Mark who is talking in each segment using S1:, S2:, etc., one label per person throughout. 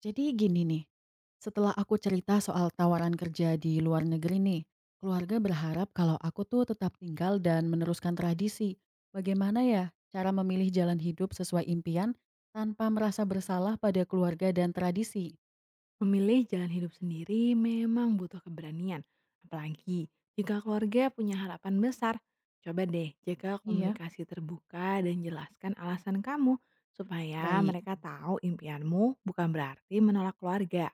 S1: Jadi gini nih, setelah aku cerita soal tawaran kerja di luar negeri nih, keluarga berharap kalau aku tuh tetap tinggal dan meneruskan tradisi. Bagaimana ya cara memilih jalan hidup sesuai impian tanpa merasa bersalah pada keluarga dan tradisi?
S2: Memilih jalan hidup sendiri memang butuh keberanian, apalagi jika keluarga punya harapan besar. Coba deh jaga
S1: Iya.
S2: komunikasi terbuka dan jelaskan alasan kamu supaya
S1: Baik,
S2: mereka tahu impianmu bukan berarti menolak keluarga.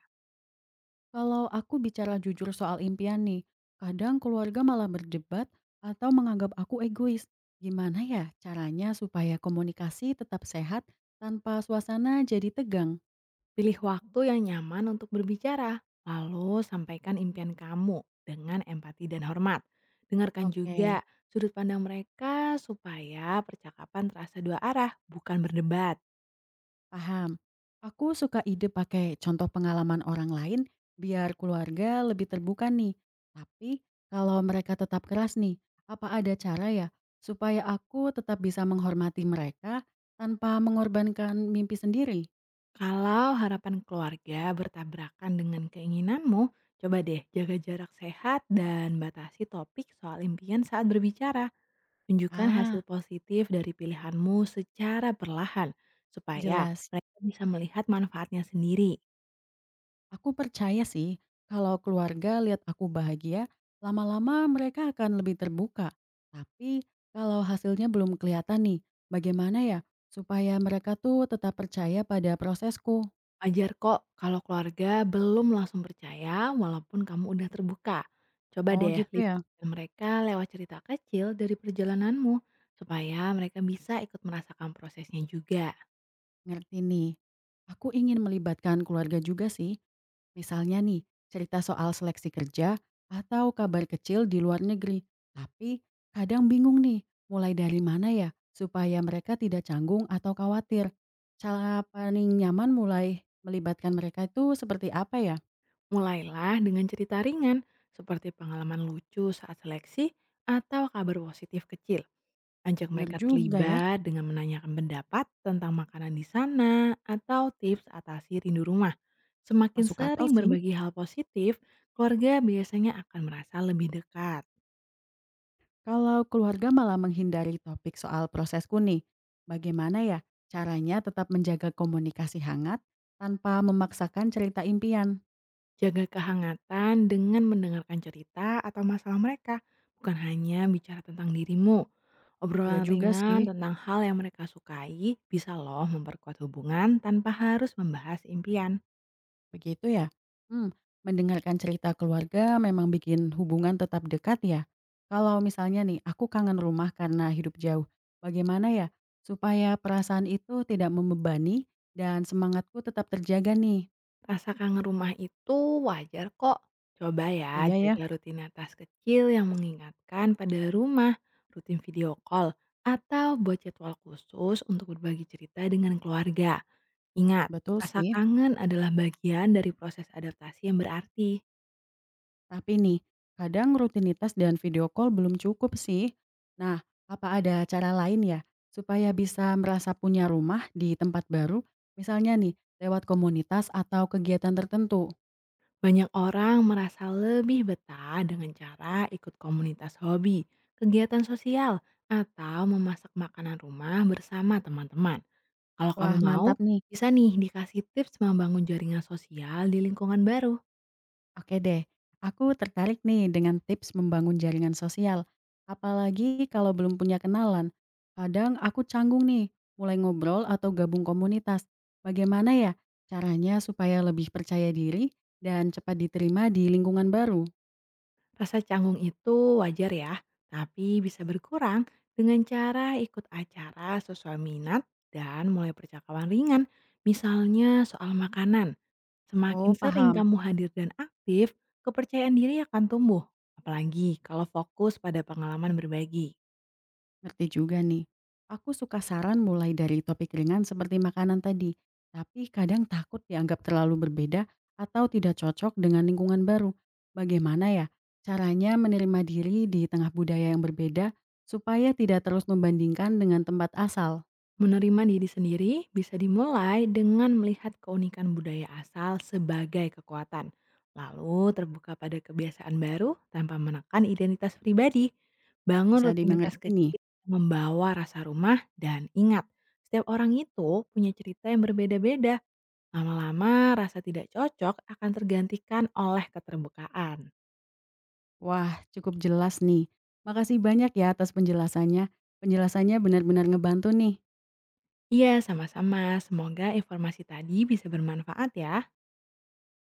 S1: kalau aku bicara jujur soal impian nih, kadang keluarga malah berdebat atau menganggap aku egois. Gimana ya caranya supaya komunikasi tetap sehat tanpa suasana jadi tegang?
S2: Pilih waktu yang nyaman untuk berbicara, lalu sampaikan impian kamu dengan empati dan hormat. Dengarkan
S1: Oke.
S2: juga sudut pandang mereka supaya percakapan terasa dua arah, bukan berdebat.
S1: Paham. Aku suka ide pakai contoh pengalaman orang lain biar keluarga lebih terbuka nih. Tapi kalau mereka tetap keras nih, apa ada cara ya supaya aku tetap bisa menghormati mereka tanpa mengorbankan mimpi sendiri?
S2: Kalau harapan keluarga bertabrakan dengan keinginanmu, coba deh jaga jarak sehat dan batasi topik soal impian saat berbicara. Tunjukkan hasil
S1: Ah,
S2: positif dari pilihanmu secara perlahan, supaya
S1: jelas.
S2: mereka bisa melihat manfaatnya sendiri.
S1: Aku percaya sih, kalau keluarga lihat aku bahagia, lama-lama mereka akan lebih terbuka. Tapi kalau hasilnya belum kelihatan nih, bagaimana ya supaya mereka tuh tetap percaya pada prosesku?
S2: Wajar kok kalau keluarga belum langsung percaya walaupun kamu udah terbuka. Coba
S1: Oh
S2: deh
S1: gitu ya.
S2: libatkan mereka lewat cerita kecil dari perjalananmu, supaya mereka bisa ikut merasakan prosesnya juga.
S1: Ngerti nih. Aku ingin melibatkan keluarga juga sih. Misalnya nih, cerita soal seleksi kerja atau kabar kecil di luar negeri. Tapi kadang bingung nih, mulai dari mana ya supaya mereka tidak canggung atau khawatir. Cara paling nyaman mulai melibatkan mereka itu seperti apa ya?
S2: Mulailah dengan cerita ringan seperti pengalaman lucu saat seleksi atau kabar positif kecil. Ajak
S1: Bener
S2: mereka
S1: juga ya,
S2: terlibat dengan menanyakan pendapat tentang makanan di sana atau tips atasi rindu rumah. Semakin
S1: masuk akal
S2: sering
S1: sih.
S2: berbagi hal positif, keluarga biasanya akan merasa lebih dekat.
S1: Kalau keluarga malah menghindari topik soal prosesku nih, bagaimana ya caranya tetap menjaga komunikasi hangat tanpa memaksakan cerita impian?
S2: Jaga kehangatan dengan mendengarkan cerita atau masalah mereka, bukan hanya bicara tentang dirimu.
S1: Ya
S2: Obrolan
S1: juga
S2: ringan
S1: sih,
S2: tentang hal yang mereka sukai bisa loh memperkuat hubungan tanpa harus membahas impian.
S1: begitu ya. Hmm, mendengarkan cerita keluarga memang bikin hubungan tetap dekat ya. Kalau misalnya nih, aku kangen rumah karena hidup jauh. Bagaimana ya supaya perasaan itu tidak membebani dan semangatku tetap terjaga nih?
S2: Rasa kangen rumah itu wajar kok. Coba ya
S1: Iya ya,
S2: jaga rutinitas kecil yang mengingatkan pada rumah, rutin video call, atau buat jadwal khusus untuk berbagi cerita dengan keluarga. Ingat,
S1: betul
S2: rasa
S1: sih.
S2: kangen adalah bagian dari proses adaptasi yang berarti.
S1: Tapi nih, kadang rutinitas dan video call belum cukup sih. Nah, apa ada cara lain ya supaya bisa merasa punya rumah di tempat baru? Misalnya nih, lewat komunitas atau kegiatan tertentu.
S2: Banyak orang merasa lebih betah dengan cara ikut komunitas hobi, kegiatan sosial, atau memasak makanan rumah bersama teman-teman. Kalau kamu
S1: Wah,
S2: mau,
S1: mantap nih.
S2: bisa nih dikasih tips membangun jaringan sosial di lingkungan baru.
S1: Oke deh, aku tertarik nih dengan tips membangun jaringan sosial. Apalagi kalau belum punya kenalan. Kadang aku canggung nih, mulai ngobrol atau gabung komunitas. Bagaimana ya caranya supaya lebih percaya diri dan cepat diterima di lingkungan baru?
S2: Rasa canggung itu wajar ya, tapi bisa berkurang dengan cara ikut acara sesuai minat dan mulai percakapan ringan, misalnya soal makanan. Semakin
S1: Oh,
S2: sering
S1: paham.
S2: kamu hadir dan aktif, kepercayaan diri akan tumbuh, apalagi kalau fokus pada pengalaman berbagi.
S1: Ngerti juga nih. Aku suka saran mulai dari topik ringan seperti makanan tadi, tapi kadang takut dianggap terlalu berbeda atau tidak cocok dengan lingkungan baru. Bagaimana ya caranya menerima diri di tengah budaya yang berbeda supaya tidak terus membandingkan dengan tempat asal?
S2: Menerima diri sendiri bisa dimulai dengan melihat keunikan budaya asal sebagai kekuatan, lalu terbuka pada kebiasaan baru tanpa menekan identitas pribadi. Bangun
S1: Bisa
S2: rutinitas
S1: dimengerti nih.
S2: kecil yang membawa rasa rumah dan ingat, setiap orang itu punya cerita yang berbeda-beda. Lama-lama rasa tidak cocok akan tergantikan oleh keterbukaan.
S1: Wah, cukup jelas nih. Makasih banyak ya atas penjelasannya. Penjelasannya benar-benar ngebantu nih.
S2: Iya, sama-sama. Semoga informasi tadi bisa bermanfaat ya.